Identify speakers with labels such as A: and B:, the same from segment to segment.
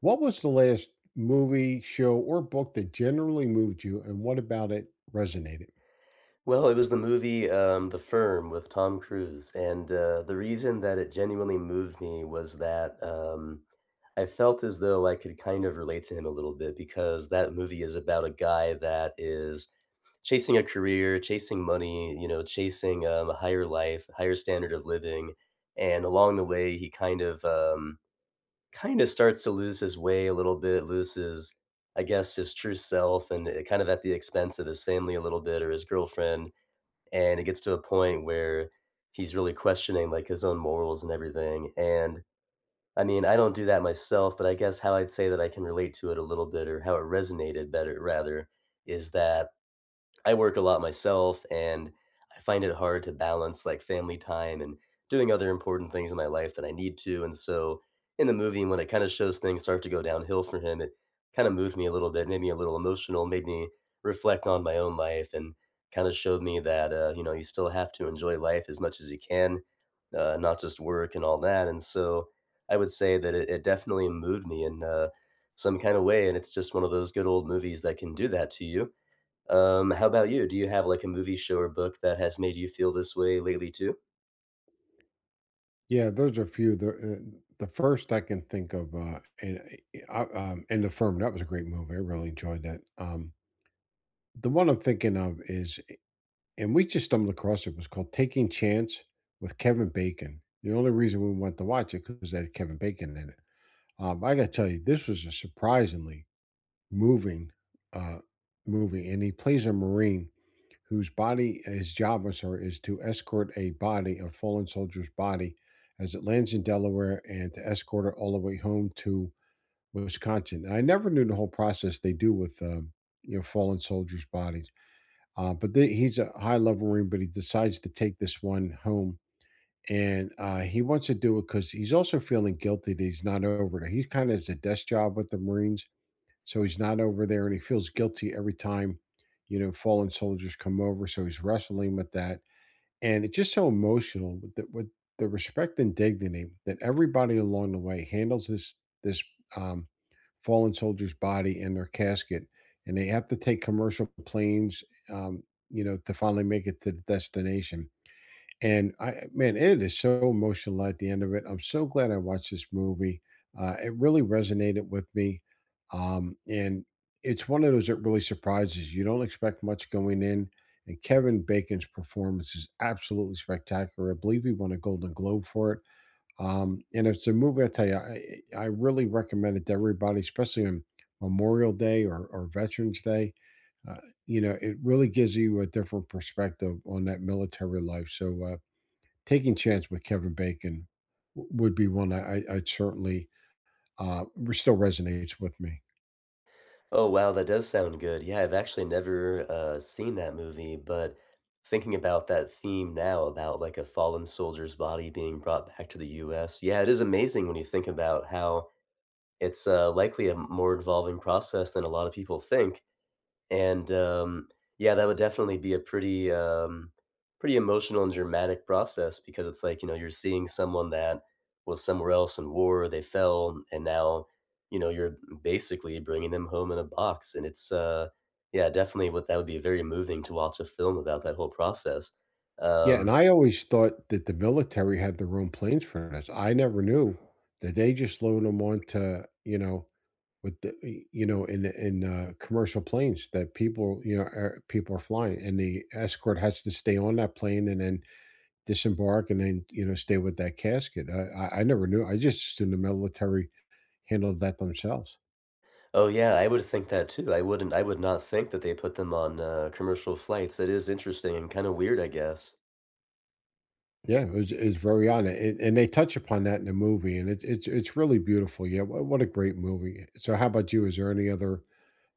A: What was the last movie, show, or book that generally moved you, and what about it resonated?
B: Well, it was the movie, The Firm with Tom Cruise, and, the reason that it genuinely moved me was that, I felt as though I could kind of relate to him a little bit because that movie is about a guy that is chasing a career, chasing money, you know, chasing, a higher life, higher standard of living, and along the way, he kind of, kinda starts to lose his way a little bit, loses, I guess, his true self, and, kind of at the expense of his family a little bit or his girlfriend, and it gets to a point where he's really questioning like his own morals and everything. And I mean, I don't do that myself, but I guess how I'd say that I can relate to it a little bit, or how it resonated better rather, is that I work a lot myself and I find it hard to balance like family time and doing other important things in my life that I need to. And so in the movie, when it kind of shows things start to go downhill for him, it kind of moved me a little bit, made me a little emotional, made me reflect on my own life and kind of showed me that, you still have to enjoy life as much as you can, not just work and all that. And so I would say that it definitely moved me in some kind of way. And it's just one of those good old movies that can do that to you. How about you? Do you have, like, a movie, show, or book that has made you feel this way lately too?
A: Yeah, those are a few. The first I can think of, and The Firm, that was a great movie. I really enjoyed that. The one I'm thinking of is, and we just stumbled across it. Was called Taking Chance with Kevin Bacon. The only reason we went to watch it because it had Kevin Bacon in it. I got to tell you, this was a surprisingly moving uh, movie, and he plays a marine whose body his job, is to escort a body, a fallen soldier's body, as it lands in Delaware and to escort it all the way home to Wisconsin. I never knew the whole process they do with fallen soldiers' bodies, but he's a high level marine, but he decides to take this one home. And he wants to do it because he's also feeling guilty that he's not over there. He kind of has a desk job with the Marines, so he's not over there and he feels guilty every time, fallen soldiers come over. So he's wrestling with that. And it's just so emotional with the respect and dignity that everybody along the way handles this um, fallen soldier's body in their casket. And they have to take commercial planes, um, to finally make it to the destination, and I man, it is so emotional at the end of it. I'm so glad I watched this movie. It really resonated with me. And it's one of those that really surprises you. You don't expect much going in. And Kevin Bacon's performance is absolutely spectacular. I believe he won a Golden Globe for it. And it's a movie, I tell you, I really recommend it to everybody, especially on Memorial Day, or Veterans Day. Uh, it really gives you a different perspective on that military life. So, Taking Chance with Kevin Bacon w would be one I'd certainly, re still resonates with me.
B: Oh, wow, that does sound good. Yeah, I've actually never, seen that movie, but thinking about that theme now about, like, a fallen soldier's body being brought back to the US, yeah, it is amazing when you think about how it's, likely a more involving process than a lot of people think. And, yeah, that would definitely be a pretty, pretty emotional and dramatic process, because it's like, you know, you're seeing someone that was somewhere else in war, they fell, and now, you know, you're basically bringing them home in a box. And it's, yeah, definitely what that would be very moving to watch a film about that whole process.
A: Yeah, and
B: Um,
A: I always thought that the military had their own planes for this. I never knew that they just load them onto, you know, with the you know, in, commercial planes that people are flying, and the escort has to stay on that plane and then disembark and then, stay with that casket. I never knew. I just assumed the military handled that themselves.
B: oh yeah, I would think that too. I would not think that they put them on, commercial flights. That is interesting and kind of weird, I guess.
A: Yeah, it's very on it, and they touch upon that in the movie, and it's really beautiful. Yeah, what a great movie. So, how about you? Is there any other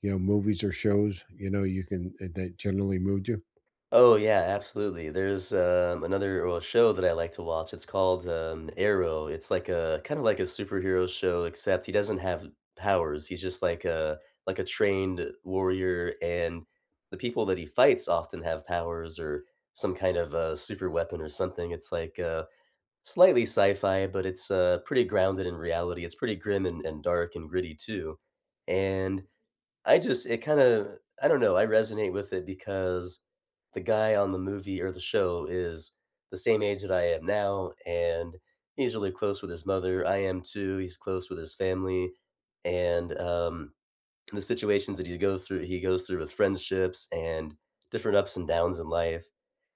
A: movies or shows you know you can that generally moved you?
B: Oh, yeah, absolutely. There's, another, well, show that I like to watch, it's called, Arrow. It's like a kinda like a superhero show, except he doesn't have powers, he's just like a trained warrior, and the people that he fights often have powers or some kind of, super weapon or something. It's like, slightly sci-fi, but it's, pretty grounded in reality. It's pretty grim and dark and gritty too, and I just it kinda I don't know, I resonate with it because the guy on the movie or the show is the same age that I am now, and he's really close with his mother, I am too, he's close with his family, and, the situations that he goes through with friendships and different ups and downs in life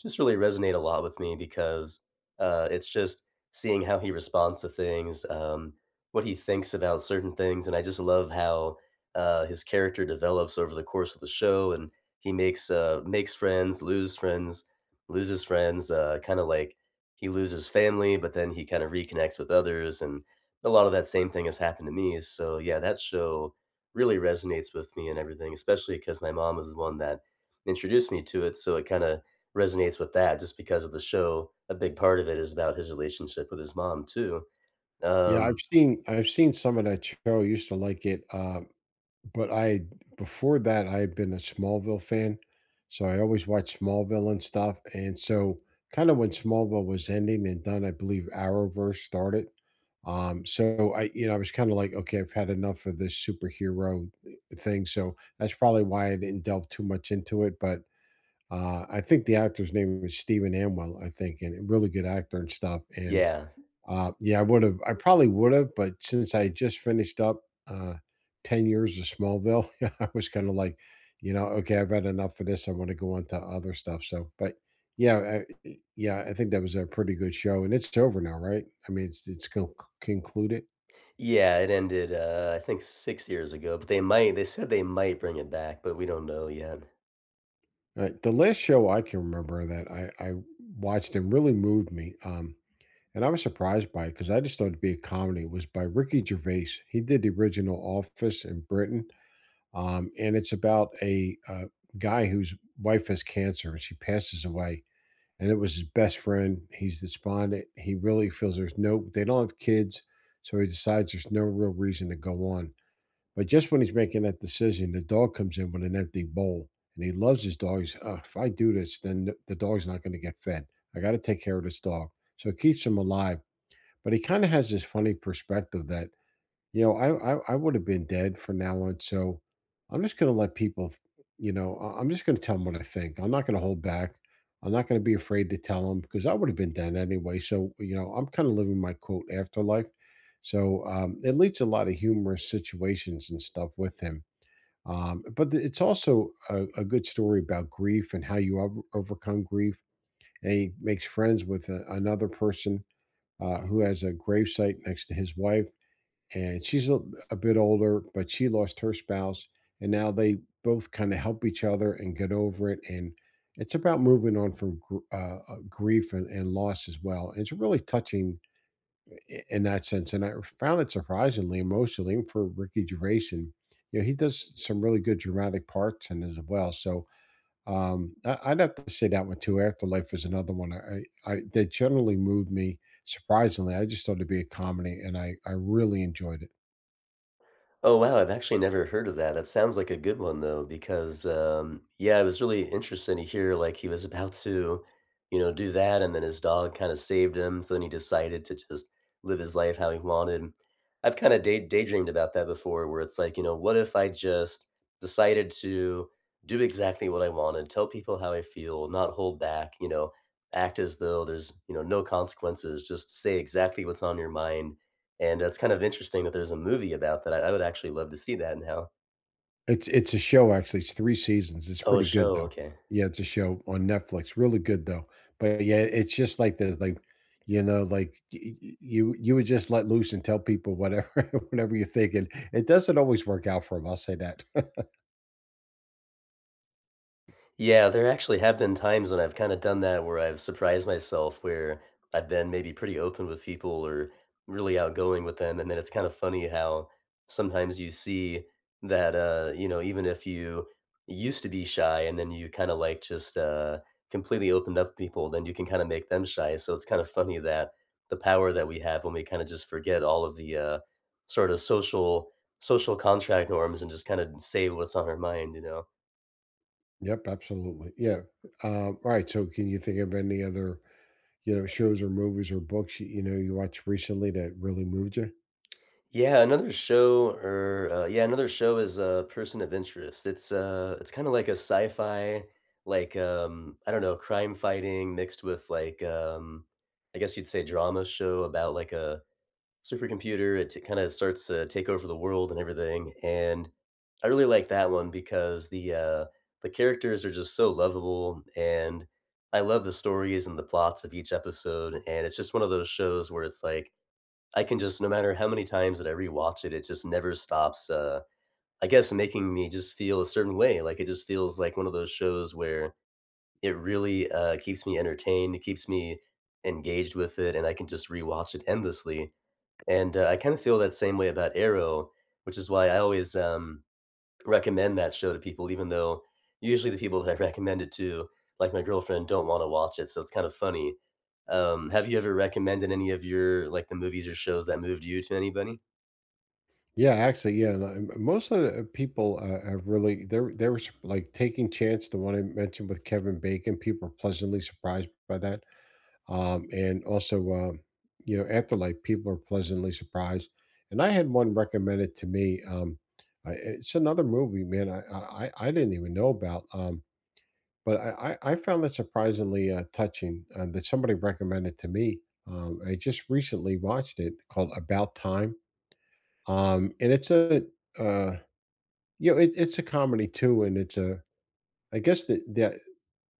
B: just really resonate a lot with me because it's just seeing how he responds to things, what he thinks about certain things, and I just love how his character develops over the course of the show, and he makes makes friends, loses friends, kind of like he loses family, but then he kind of reconnects with others, and a lot of that same thing has happened to me. So yeah, that show really resonates with me and everything, especially because my mom was the one that introduced me to it, so it kinda resonates with that just because of the show, a big part of it is about his relationship with his mom too.
A: Yeah, I've
B: Um,
A: seen I've seen some of that show. I used to like it. But I before that, I had been a Smallville fan, so I always watched Smallville and stuff, and so kind of when Smallville was ending and done, I believe Arrowverse started. So I was kind of like, okay, I've had enough of this superhero thing. So that's probably why I didn't delve too much into it. But I think the actor's name was Stephen Amwell, I think, and a really good actor and stuff. And
B: yeah.
A: uh, yeah, I would have. I probably would have, but since I just finished up 10 years of Smallville, I was kind of like, okay, I've had enough of this. I want to go on to other stuff. So, but yeah, I, yeah, I think that was a pretty good show, and it's over now, right? I mean, it's concluded.
B: Yeah, it ended, I think 6 years ago, but they said they might bring it back, but we don't know yet.
A: The last show I can remember that I watched and really moved me, and I was surprised by it because I just thought it'd be a comedy, was by Ricky Gervais. He did the original Office in Britain, and it's about a guy whose wife has cancer and she passes away. And it was his best friend. He's despondent. He really feels there's no, they don't have kids. So he decides there's no real reason to go on. But just when he's making that decision, the dog comes in with an empty bowl and he loves his dog. He's, oh, if I do this, then the dog's not going to get fed. I got to take care of this dog. So it keeps him alive. But he kind of has this funny perspective that I would have been dead from now on. So I'm just going to let people, I'm just going to tell them what I think. I'm not going to hold back. I'm not going to be afraid to tell them because I would have been dead anyway. So, I'm kind of living my quote afterlife. So, it leads to a lot of humorous situations and stuff with him. But it's also a good story about grief and how you overcome grief. And he makes friends with another person, who has a gravesite next to his wife, and she's a bit older, but she lost her spouse, and now they both kind of help each other and get over it. And it's about moving on from grief and loss as well. It's really touching in that sense, and I found it surprisingly emotionally, even for Ricky Gervais. And, he does some really good dramatic parts and as well. So, I'd have to say that one too. Afterlife is another one I that generally moved me, surprisingly. I just thought it'd be a comedy, and I really enjoyed it.
B: Oh, wow, I've actually never heard of that. That sounds like a good one though, because, yeah, it was really interesting to hear, like, he was about to, you know, do that, and then his dog kinda saved him, so then he decided to just live his life how he wanted. I've kinda daydreamed about that before where it's like, you know, what if I just decided to do exactly what I wanted, tell people how I feel, not hold back, you know, act as though there's, you know, no consequences, just say exactly what's on your mind, and that's kind of interesting that there's a movie about that. I would actually love to see that now.
A: It's a show, actually, it's 3 seasons, it's
B: Oh, a
A: pretty good,
B: show,
A: though.
B: okay.
A: Yeah, it's a show on Netflix, really good, though, but, yeah, it's just like the like, like, y y you you would just let loose and tell people whatever whatever you're thinking. It doesn't always work out for them. 'Em, I'll say that.
B: Yeah, there actually have been times when I've kinda done that where I've surprised myself where I've been maybe pretty open with people or really outgoing with them, and then it's kind of funny how sometimes you see that, even if you used to be shy and then you kinda, like, just, completely opened up to people, then you can kinda make them shy, so it's kind of funny that the power that we have when we kinda just forget all of the, sort of social contract norms and just kinda say what's on our mind, you know?
A: Yep, absolutely, yeah, alright, so can you think of any other, shows or movies or books, you watched recently that really moved you?
B: Yeah, another show or another show is Person of Interest. It's kind of like a sci-fi, like I don't know, crime fighting mixed with like I guess you'd say drama show about like a supercomputer. Kind of starts to take over the world and everything. And I really like that one because the characters are just so lovable, and I love the stories and the plots of each episode. And it's just one of those shows where it's like I can just no matter how many times that I rewatch it, it just never stops, I guess, making me just feel a certain way, like, it just feels like one of those shows where it really, keeps me entertained, it keeps me engaged with it, and I can just rewatch it endlessly, and, I kinda feel that same way about Arrow, which is why I always, recommend that show to people even though usually the people that I recommend it to, like my girlfriend, don't wanna watch it, so it's kind of funny. Have you ever recommended any of your like, the movies or shows that moved you to anybody?
A: Yeah, actually, yeah. And most of the people are really like Taking Chance. The one I mentioned with Kevin Bacon, people are pleasantly surprised by that. And also, Afterlife, people are pleasantly surprised. And I had one recommended to me. It's another movie, man. I didn't even know about. But I found that surprisingly touching, that somebody recommended to me. I just recently watched it, called About Time. And it's a uh, you know, it, it's a comedy too, and it's a. I guess the the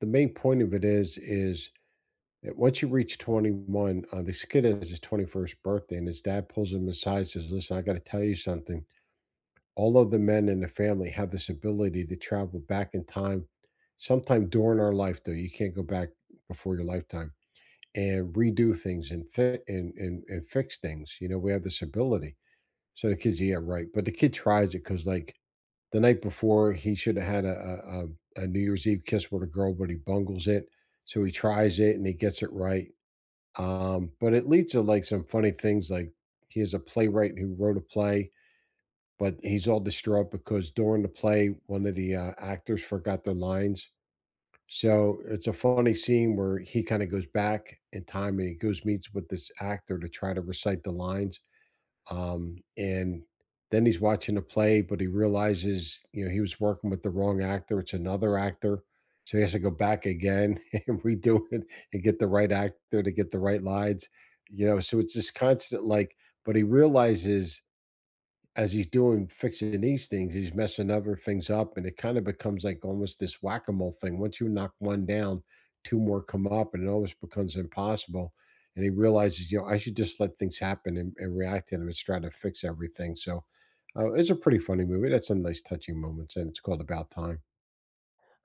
A: the main point of it is that once you reach 21, this kid has his 21st birthday, and his dad pulls him aside and says, "Listen, I got to tell you something. All of the men in the family have this ability to travel back in time, sometime during our life, though you can't go back before your lifetime and redo things and fit and fix things. You know, we have this ability." So the kid's, yeah, right. But the kid tries it because, like, the night before, he should have had a New Year's Eve kiss with a girl, but he bungles it. So he tries it and he gets it right. But it leads to, like, some funny things, like, he is a playwright who wrote a play, but he's all distraught because during the play, one of the actors forgot their lines. So it's a funny scene where he kinda goes back in time and he goes meets with this actor to try to recite the lines. And then he's watching a play, but he realizes, he was working with the wrong actor. It's another actor. So he has to go back again and redo it and get the right actor to get the right lines. So it's this constant like, but he realizes, as he's doing fixing these things, he's messing other things up, and it kind of becomes like almost this whack a mole thing. Once you knock one down, two more come up, and it almost becomes impossible. And he realizes, you know, I should just let things happen and react to them and try to fix everything. So, it's a pretty funny movie. That's some nice touching moments, and it's called About Time.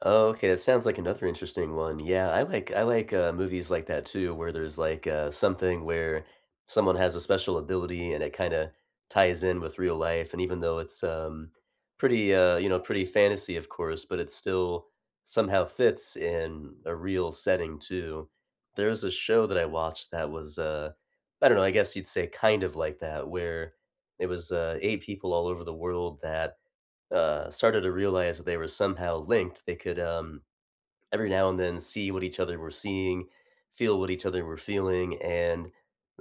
B: Oh, okay, that sounds like another interesting one. Yeah, I like, movies like that too, where there's, like, something where someone has a special ability and it kinda ties in with real life, and even though it's, pretty, pretty fantasy, of course, but it still somehow fits in a real setting too. There's a show that I watched that was, I don't know, I guess you'd say kind of like that, where it was, 8 people all over the world that started to realize that they were somehow linked, they could, every now and then see what each other were seeing, feel what each other were feeling, and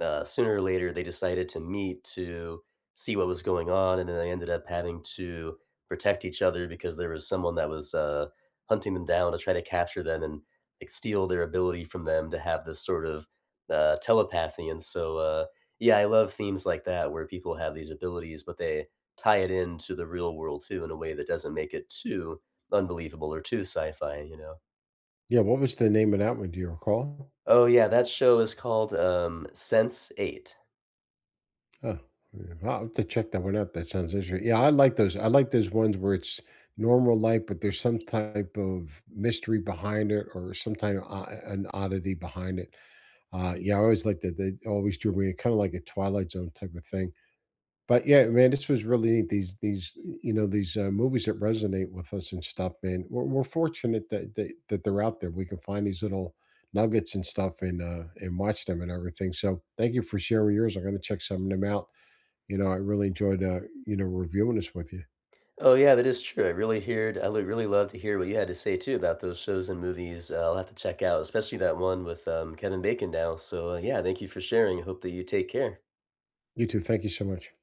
B: sooner or later they decided to meet to see what was going on, and then they ended up having to protect each other because there was someone that was hunting them down to try to capture them and like steal their ability from them to have this sort of telepathy. And so, yeah, I love themes like that where people have these abilities, but they tie it into the real world too in a way that doesn't make it too unbelievable or too sci-fi, you know.
A: Yeah, what was the name of that one? Do you recall?
B: Oh, yeah, that show is called, Sense8.
A: Oh, yeah. I'll have to check that one out. That sounds interesting. Yeah, I like those. I like those ones where it's normal light, but there's some type of mystery behind it, or some type of an oddity behind it. Yeah, I always like that. They always drew me, kind of like a Twilight Zone type of thing. But yeah, man, this was really neat. These you know these movies that resonate with us and stuff. Man, we're fortunate that they're out there. We can find these little nuggets and stuff, and watch them and everything. So thank you for sharing yours. I'm going to check some of them out. I really enjoyed, reviewing this with you.
B: Oh, yeah, that is true. I would really love to hear what you had to say too about those shows and movies, I'll have to check out, especially that one with, Kevin Bacon now, so, yeah, thank you for sharing, hope that you take care.
A: You too. Thank you so much.